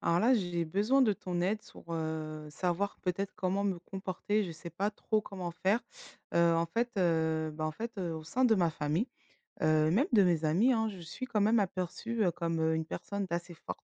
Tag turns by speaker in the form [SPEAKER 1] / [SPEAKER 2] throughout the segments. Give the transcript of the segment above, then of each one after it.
[SPEAKER 1] Alors là, j'ai besoin de ton aide sur, savoir peut-être comment me comporter. Je ne sais pas trop comment faire. En fait, bah, en fait, au sein de ma famille, même de mes amis, hein, je suis quand même aperçue, comme, une personne d'assez forte.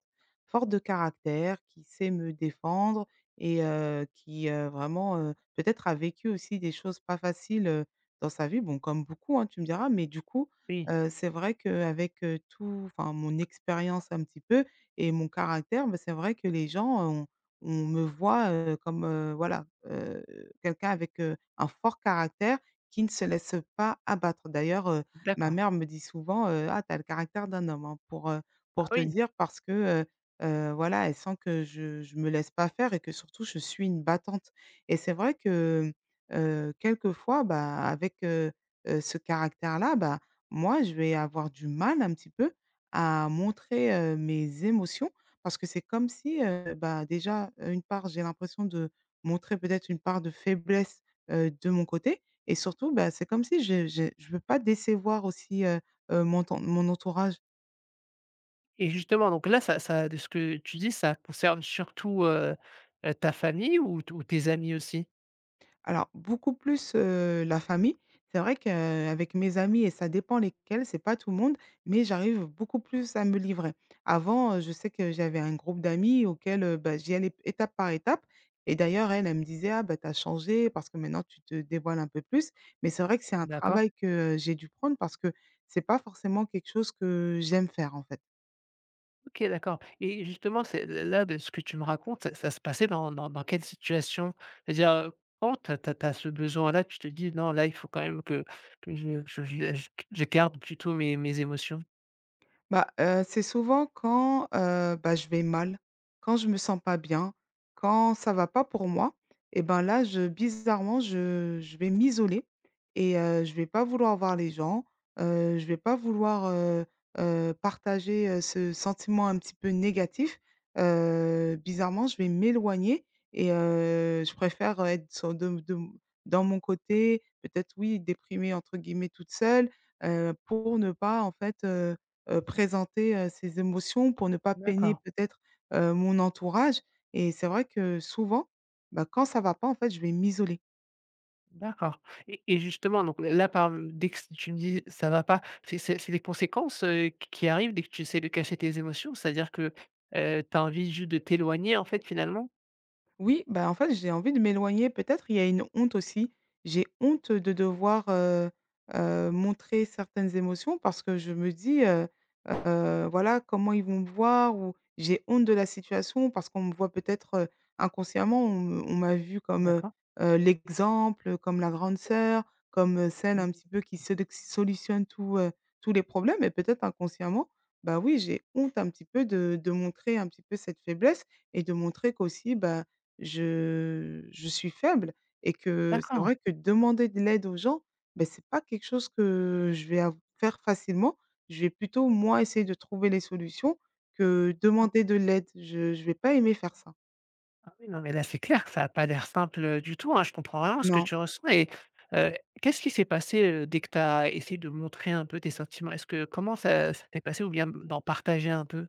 [SPEAKER 1] Forte de caractère, qui sait me défendre et qui, vraiment, peut-être a vécu aussi des choses pas faciles, dans sa vie. Bon, comme beaucoup, hein, tu me diras, mais du coup,
[SPEAKER 2] Oui,
[SPEAKER 1] c'est vrai qu'avec, tout enfin mon expérience un petit peu, et mon caractère, bah, c'est vrai que les gens, on me voit, comme, voilà, heu, quelqu'un avec, un fort caractère qui ne se laisse pas abattre. D'ailleurs, ma
[SPEAKER 2] d'accord.
[SPEAKER 1] mère me dit souvent: «Ah, tu as le caractère d'un homme, hein»,
[SPEAKER 2] Ah
[SPEAKER 1] pour te
[SPEAKER 2] oui!
[SPEAKER 1] dire parce que, heu voilà, elle sent que je me laisse pas faire et que surtout je suis une battante et c'est vrai que, quelquefois, bah, avec, ce caractère-là, bah, moi, je vais avoir du mal un petit peu à montrer, mes émotions parce que c'est comme si, bah, déjà, une part, j'ai l'impression de montrer peut-être une part de faiblesse, de mon côté et surtout, bah, c'est comme si je veux pas décevoir aussi, mon entourage.
[SPEAKER 2] Et justement, donc là, ça de ce que tu dis, ça concerne surtout, ta famille ou t ou tes amis aussi?
[SPEAKER 1] Alors beaucoup plus, la famille. C'est vrai qu'avec mes amis et ça dépend lesquels, c'est pas tout le monde, mais j'arrive beaucoup plus à me livrer. Avant, je sais que j'avais un groupe d'amis auquel, bah, j'y allais étape par étape et d'ailleurs elle, elle me disait: «Ah bah, t'as changé parce que maintenant tu te dévoiles un peu plus». Mais c'est vrai que c'est un
[SPEAKER 2] D'accord.
[SPEAKER 1] travail que, j'ai dû prendre parce que c'est pas forcément quelque chose que j'aime faire, en fait.
[SPEAKER 2] OK, d'accord. Et justement, c'est là, de ce que tu me racontes, ça se passait dans quelle situation? C'est-à-dire, quand tu as ce besoin-là, tu te dis: «Non, là, il faut quand même que je garde plutôt mes émotions»?
[SPEAKER 1] Bah, c'est souvent quand, bah, je vais mal, quand je me sens pas bien, quand ça va pas pour moi et ben, là, je bizarrement, je vais m'isoler et je vais pas vouloir voir les gens, je vais pas vouloir, partager, ce sentiment un petit peu négatif. Bizarrement, je vais m'éloigner et je préfère, être sur de dans mon côté, peut-être, oui, «déprimée» entre guillemets toute seule, pour ne pas, en fait, présenter, ses émotions pour ne pas peiner
[SPEAKER 2] D'accord.
[SPEAKER 1] peut-être, mon entourage et c'est vrai que souvent, bah, quand ça va pas en fait je vais m'isoler.
[SPEAKER 2] D'accord et justement donc là par dès que tu me dis: «Ça va pas», c'est les conséquences, qui arrivent dès que tu essaies de cacher tes émotions? C'est-à-dire que, tu as envie juste de t'éloigner en fait finalement?
[SPEAKER 1] Oui, bah, en fait, j'ai envie de m'éloigner. Peut-être il y a une honte aussi. J'ai honte de devoir, montrer certaines émotions parce que je me dis, voilà, comment ils vont me voir ou j'ai honte de la situation parce qu'on me voit peut-être, inconsciemment, on m'a vu comme,
[SPEAKER 2] D'accord.
[SPEAKER 1] l'exemple, comme la grande sœur, comme, celle un
[SPEAKER 2] Mmh.
[SPEAKER 1] petit peu qui sélex solutionne tout, tous les problèmes et peut-être inconsciemment, bah, oui, j'ai honte un petit peu de montrer un petit peu cette faiblesse et de montrer qu'aussi, bah je suis faible et que c'est
[SPEAKER 2] D'accord. D'accord.
[SPEAKER 1] vrai que demander de l'aide aux gens, ben c'est pas quelque chose que je vais av faire facilement. Je vais plutôt, moi, essayer de trouver les solutions que demander de l'aide. Je vais pas aimer faire ça.
[SPEAKER 2] Ah oui, non, mais là, c'est clair que ça a pas l'air simple, du tout, hein. Je comprends vraiment ce que
[SPEAKER 1] Non.
[SPEAKER 2] tu ressens et heu, qu'est-ce qui s'est passé, dès que tu as essayé de montrer un peu tes sentiments? Est-ce que comment ça s'est passé ou bien d'en partager un peu?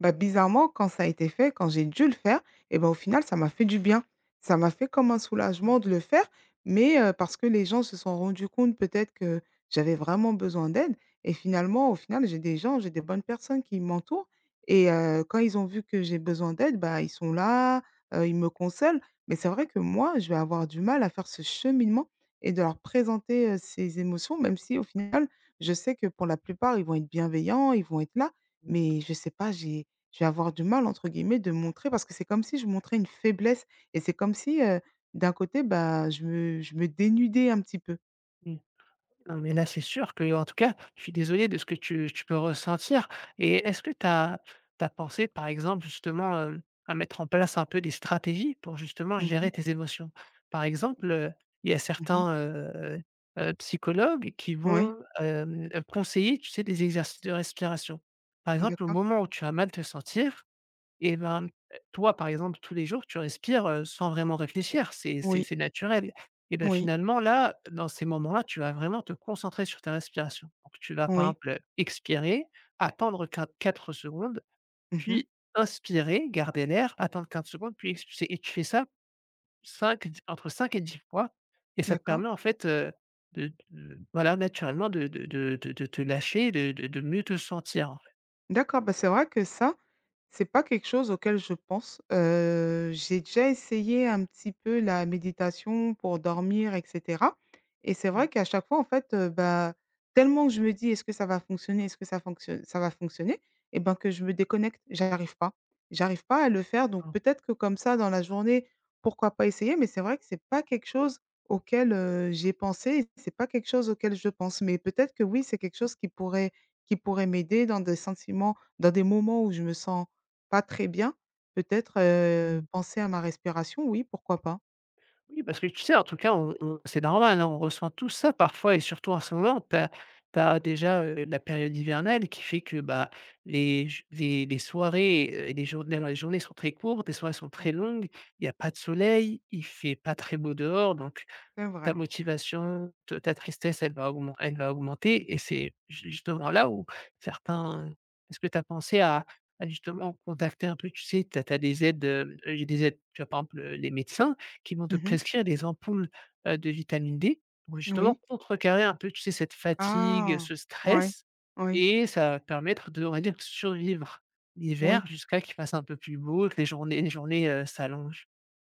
[SPEAKER 1] Bah, bizarrement, quand ça a été fait, quand j'ai dû le faire et ben au final, ça m'a fait du bien. Ça m'a fait comme un soulagement de le faire, mais parce que les gens se sont rendus compte peut-être que j'avais vraiment besoin d'aide et finalement au final, j'ai des gens, j'ai des bonnes personnes qui m'entourent et quand ils ont vu que j'ai besoin d'aide, bah, ils sont là, ils me consolent. Mais c'est vrai que moi, je vais avoir du mal à faire ce cheminement et de leur présenter, ces émotions, même si au final, je sais que pour la plupart, ils vont être bienveillants, ils vont être là, mais je sais pas, j'ai je vais avoir du mal entre guillemets de montrer parce que c'est comme si je montrais une faiblesse et c'est comme si, d'un côté, bah, je me dénudais un petit peu.
[SPEAKER 2] Non, mais là, c'est sûr que, en tout cas, je suis désolé de ce que tu peux ressentir et est-ce que tu as pensé, par exemple, justement, à mettre en place un peu des stratégies pour justement
[SPEAKER 1] Mmh mh.
[SPEAKER 2] gérer tes émotions? Par exemple, il y a
[SPEAKER 1] Mmh.
[SPEAKER 2] certains, psychologues qui
[SPEAKER 1] Oui,
[SPEAKER 2] vont, conseiller, tu sais, des exercices de respiration. Par exemple, au
[SPEAKER 1] d'accord.
[SPEAKER 2] moment où tu as mal te sentir, et ben, toi, par exemple, tous les jours, tu respires, sans vraiment réfléchir, c'est c'est
[SPEAKER 1] Oui,
[SPEAKER 2] c'est naturel. Et ben
[SPEAKER 1] oui,
[SPEAKER 2] finalement, là, dans ces moments-là, tu vas vraiment te concentrer sur ta respiration. Donc tu vas, par
[SPEAKER 1] oui.
[SPEAKER 2] exemple, expirer, attendre quin 4 secondes,
[SPEAKER 1] Mmh.
[SPEAKER 2] puis inspirer, garder l'air, attendre 15 secondes, puis expulser. Et tu fais ça entre 5 et 10 fois et ça te
[SPEAKER 1] D'accord.
[SPEAKER 2] permet en fait, de voilà, naturellement de te lâcher, de mieux te sentir, en fait.
[SPEAKER 1] D'accord, bah, c'est vrai que ça, c'est pas quelque chose auquel je pense. J'ai déjà essayé un petit peu la méditation pour dormir et cetera et c'est vrai
[SPEAKER 2] Mmh.
[SPEAKER 1] qu'à chaque fois, en fait, bah, tellement que je me dis: «Est-ce que ça va fonctionner? Est-ce que ça fonctionne ça va fonctionner?» et ben, que je me déconnecte. J'arrive pas. J'arrive pas à le faire donc
[SPEAKER 2] Ah.
[SPEAKER 1] peut-être que comme ça, dans la journée, pourquoi pas essayer? Mais c'est vrai que c'est pas quelque chose auquel, j'ai pensé et c'est pas quelque chose auquel je pense. Mais peut-être que oui, c'est quelque chose qui pourrait m'aider dans des sentiments dans des moments où je me sens pas très bien, peut-être,
[SPEAKER 2] Mmh.
[SPEAKER 1] penser à ma respiration, oui, pourquoi pas?
[SPEAKER 2] Oui, parce que tu sais, en tout cas, on c'est normal, hein, on ressent tout ça parfois et surtout en ce moment, tu as déjà, la période hivernale qui fait que, bah, les soirées et les journées les journées sont très courtes, les soirées sont très
[SPEAKER 1] Mmh.
[SPEAKER 2] longues, il y a pas de soleil, il fait pas très beau dehors donc
[SPEAKER 1] C'est
[SPEAKER 2] ta
[SPEAKER 1] vrai.
[SPEAKER 2] motivation, te ta tristesse, elle va augmen elle va augmenter et c'est ju justement là où certains est-ce que tu as pensé à justement contacter un peu, tu sais, tu as des aides, j'ai des aides, tu vois? Par exemple, les médecins qui vont te
[SPEAKER 1] Mmh.
[SPEAKER 2] prescrire des ampoules, de vitamine D pour
[SPEAKER 1] Oui.
[SPEAKER 2] justement contrecarrer un peu, tu sais, cette fatigue,
[SPEAKER 1] Ah!
[SPEAKER 2] ce
[SPEAKER 1] Ouais.
[SPEAKER 2] stress
[SPEAKER 1] Oui.
[SPEAKER 2] et ça va te permettre de, on va dire, survivre
[SPEAKER 1] Oui.
[SPEAKER 2] l'hiver jusqu'à qu'il fasse un peu plus beau, que les journées, s'allongent.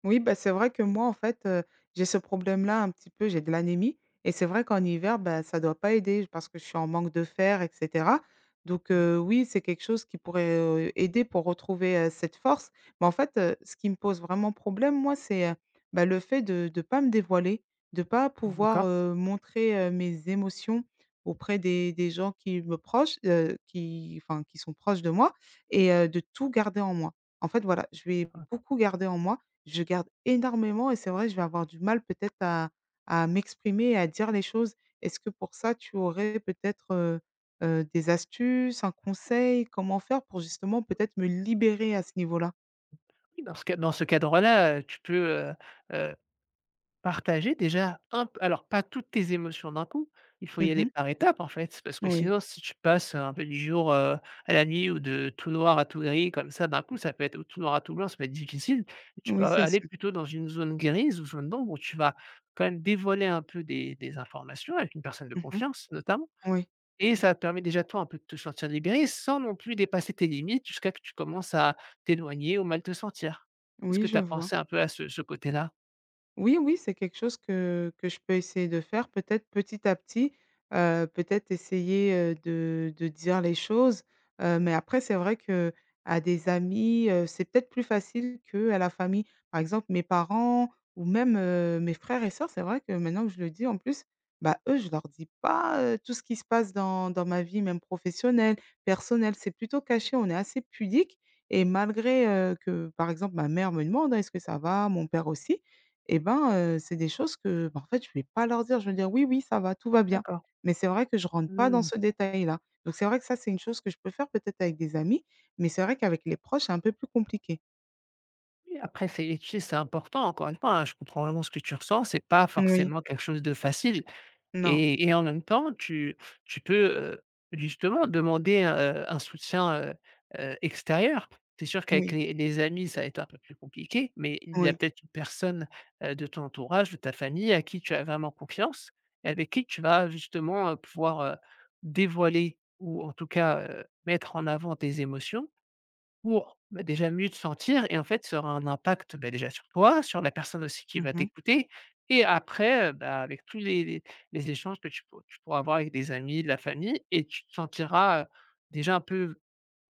[SPEAKER 1] Oui, bah, c'est vrai que moi, en fait, j'ai ce problème-là un petit peu, j'ai de l'anémie et c'est vrai qu'en hiver, bah, ça doit pas aider parce que je suis en manque de fer et cetera. Donc oui, c'est quelque chose qui pourrait, aider pour retrouver, cette force. Mais en fait, ce qui me pose vraiment problème, moi, c'est, bah, le fait de pas me dévoiler, de pas
[SPEAKER 2] Mmh,
[SPEAKER 1] pouvoir,
[SPEAKER 2] d'accord?
[SPEAKER 1] montrer, mes émotions auprès des gens qui me proches, qui enfin, qui sont proches de moi et de tout garder en moi. En fait, voilà, je vais beaucoup garder en moi je garde énormément et c'est vrai, je vais avoir du mal peut-être à m'exprimer et à dire les choses. Est-ce que pour ça, tu aurais peut-être, des astuces, un conseil? Comment faire pour justement peut-être me libérer à ce niveau-là?
[SPEAKER 2] Oui, dans ce ca dans ce cadre-là, tu peux, heu, partager déjà un p alors pas toutes tes émotions d'un coup, il faut y aller
[SPEAKER 1] Mmh.
[SPEAKER 2] par étapes, en fait. Parce que
[SPEAKER 1] Oui,
[SPEAKER 2] sinon, si tu passes un peu du jour, à la nuit ou de tout noir à tout gris comme ça d'un coup, ça peut être ou tout noir à tout blanc, ça peut être difficile. Et tu peux
[SPEAKER 1] oui, c'est
[SPEAKER 2] aller
[SPEAKER 1] sûr.
[SPEAKER 2] plutôt dans une zone grise ou zone d'ombre où tu vas quand même dévoiler un peu des informations avec une personne de
[SPEAKER 1] Mmh.
[SPEAKER 2] confiance notamment
[SPEAKER 1] Oui,
[SPEAKER 2] et ça permet déjà toi un peu de te sentir libéré sans non plus dépasser tes limites jusqu'à que tu commences à t'éloigner ou mal te sentir. Est-ce
[SPEAKER 1] oui,
[SPEAKER 2] que
[SPEAKER 1] je
[SPEAKER 2] tu as
[SPEAKER 1] vois.
[SPEAKER 2] pensé un peu à ce côté-là?
[SPEAKER 1] Oui, oui, c'est quelque chose que je peux essayer de faire, peut-être petit à petit, peut-être essayer, de dire les choses, mais après c'est vrai que à des amis, c'est peut-être plus facile que à la famille. Par exemple, mes parents ou même, mes frères et sœurs, c'est vrai que maintenant que je le dis en plus, bah, eux, je leur dis pas, tout ce qui se passe dans ma vie, même professionnelle, personnelle, c'est plutôt caché, on est assez pudique et malgré, que, par exemple, ma mère me demande: «Est-ce que ça va?» mon père aussi, et ben, c'est des choses que, bah, en fait, je vais pas leur dire. Je vais dire: «Oui, oui, ça va, tout va bien».
[SPEAKER 2] D'accord.
[SPEAKER 1] Mais c'est vrai que je rentre pas dans
[SPEAKER 2] Mmh.
[SPEAKER 1] ce détail-là. Donc c'est vrai que ça, c'est une chose que je peux faire peut-être avec des amis, mais c'est vrai qu'avec les proches, c'est un peu plus compliqué.
[SPEAKER 2] Oui, après c'est tu sais, c'est important encore une fois, hein, je comprends vraiment ce que tu ressens, c'est pas
[SPEAKER 1] Moui,
[SPEAKER 2] forcément quelque chose de facile.
[SPEAKER 1] non,
[SPEAKER 2] Et en même temps, tu peux, heu, justement demander, un soutien, extérieur. C'est sûr qu'avec
[SPEAKER 1] oui,
[SPEAKER 2] les amis, ça va être un peu plus compliqué, mais il y a
[SPEAKER 1] oui.
[SPEAKER 2] peut-être une personne, de ton entourage, de ta famille, à qui tu as vraiment confiance et avec qui tu vas justement, pouvoir, dévoiler ou en tout cas, mettre en avant tes émotions pour, bah, déjà mieux te sentir et en fait, ça aura un impact, bah, déjà sur toi, sur la personne aussi qui
[SPEAKER 1] Mmh
[SPEAKER 2] va
[SPEAKER 1] mh.
[SPEAKER 2] t'écouter et après, bah, avec tous les échanges que tu pourras avoir avec des amis, de la famille et tu te sentiras, déjà un peu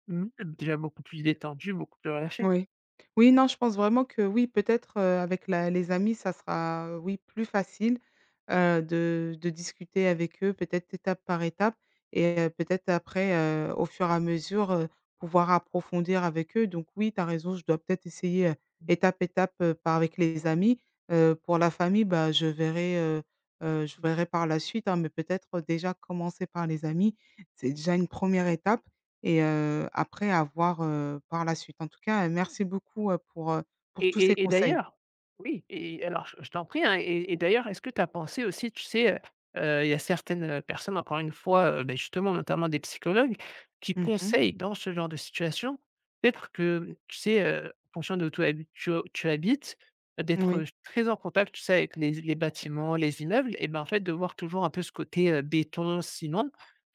[SPEAKER 2] mieux, déjà beaucoup plus détendu, beaucoup plus relâché.
[SPEAKER 1] Oui. Oui, non, je pense vraiment que oui, peut-être, avec la les amis, ça sera, oui, plus facile, de discuter avec eux, peut-être étape par étape et peut-être après, au fur et à mesure, pouvoir approfondir avec eux. Donc oui, tu as raison, je dois peut-être essayer,
[SPEAKER 2] Mmh.
[SPEAKER 1] étape, étape, par avec les amis. Pour la famille, bah, je verrai, par la suite, hein, mais peut-être déjà commencer par les amis, c'est déjà une première étape. Et après à voir, par la suite. En tout cas, merci beaucoup, pour
[SPEAKER 2] Et
[SPEAKER 1] tous ces
[SPEAKER 2] et et
[SPEAKER 1] conseils.
[SPEAKER 2] d'ailleurs oui et alors je t'en prie, hein et d'ailleurs, est-ce que tu as pensé aussi, tu sais, il y a certaines, personnes, encore une fois, beh, justement, notamment des psychologues, qui
[SPEAKER 1] Mmh.
[SPEAKER 2] conseillent dans ce genre de situation, peut-être que, tu sais, en fonction de où tu habites, d'être,
[SPEAKER 1] Oui.
[SPEAKER 2] très en contact, tu sais, avec les bâtiments, les immeubles et ben, en fait, de voir toujours un peu ce côté, béton, ciment,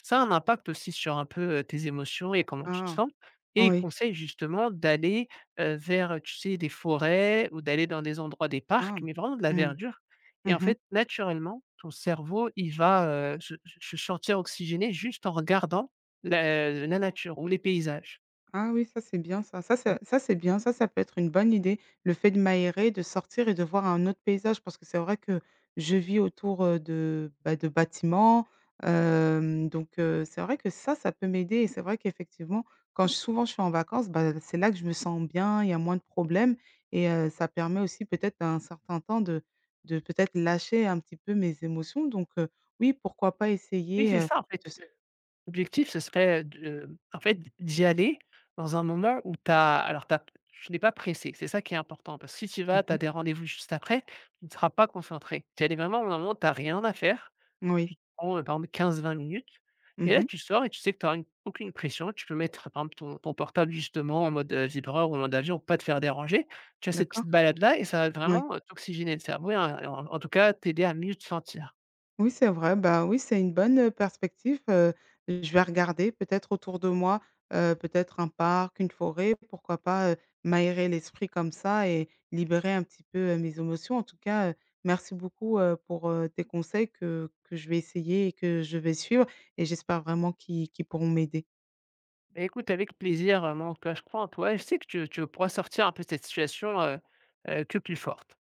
[SPEAKER 2] ça a un impact aussi sur un peu, tes émotions et comment tu te
[SPEAKER 1] Ah,
[SPEAKER 2] sens et ils
[SPEAKER 1] oui.
[SPEAKER 2] conseillent justement d'aller vers, tu sais, des forêts ou d'aller dans des endroits, des
[SPEAKER 1] Ah.
[SPEAKER 2] parcs, mais vraiment de la
[SPEAKER 1] Mmh.
[SPEAKER 2] verdure et en
[SPEAKER 1] Mmh.
[SPEAKER 2] fait, naturellement, ton cerveau, il va, se se sentir oxygéné juste en regardant la la nature ou les paysages.
[SPEAKER 1] Ah oui, ça c'est bien ça. Ça
[SPEAKER 2] Mmh.
[SPEAKER 1] c'est ça c'est bien, ça peut être une bonne idée, le fait de m'aérer, de sortir et de voir un autre paysage parce que c'est vrai que je vis autour, de, bah, de bâtiments, donc c'est vrai que ça peut m'aider et c'est vrai qu'effectivement, quand je souvent je suis en vacances, bah, c'est là que je me sens bien, il y a moins de problèmes et ça permet aussi peut-être un certain temps de peut-être lâcher un petit peu mes émotions donc oui, pourquoi pas
[SPEAKER 2] Oui,
[SPEAKER 1] essayer,
[SPEAKER 2] c'est ça, en
[SPEAKER 1] de
[SPEAKER 2] fait.
[SPEAKER 1] se
[SPEAKER 2] L'objectif, ce serait de en fait, d'y aller dans un moment où t'as alors t'as as tu n'es pas pressé. C'est ça qui est important parce que si tu vas, tu as
[SPEAKER 1] mmh.
[SPEAKER 2] des rendez-vous juste après, tu ne seras pas concentré. Tu y vraiment au moment où tu as rien à faire.
[SPEAKER 1] Oui.
[SPEAKER 2] Tu te prends, par exemple 15-20 minutes et là,
[SPEAKER 1] Mmh.
[SPEAKER 2] tu sors et tu sais que tu auras une aucune pression. Tu peux mettre, par exemple, ton portable justement en mode, vibreur ou en mode avion pour pas te faire déranger. Tu as cette petite
[SPEAKER 1] D'accord.
[SPEAKER 2] balade-là et ça va
[SPEAKER 1] Oui.
[SPEAKER 2] vraiment, t'oxygéner le cerveau et en en tout cas, t'aider à mieux te sentir.
[SPEAKER 1] Oui, c'est vrai, bah, oui, c'est une bonne, perspective, je vais regarder peut-être autour de moi, peut-être un parc, une forêt, pourquoi pas, m'aérer l'esprit comme ça et libérer un petit peu, mes émotions. En tout cas, merci beaucoup, pour, tes conseils que je vais essayer et que je vais suivre et j'espère vraiment qu'ils pourront m'aider.
[SPEAKER 2] Bah, écoute, avec plaisir, moi en tout cas, je crois en toi et je sais que tu pourras sortir un peu de cette situation, que plus forte.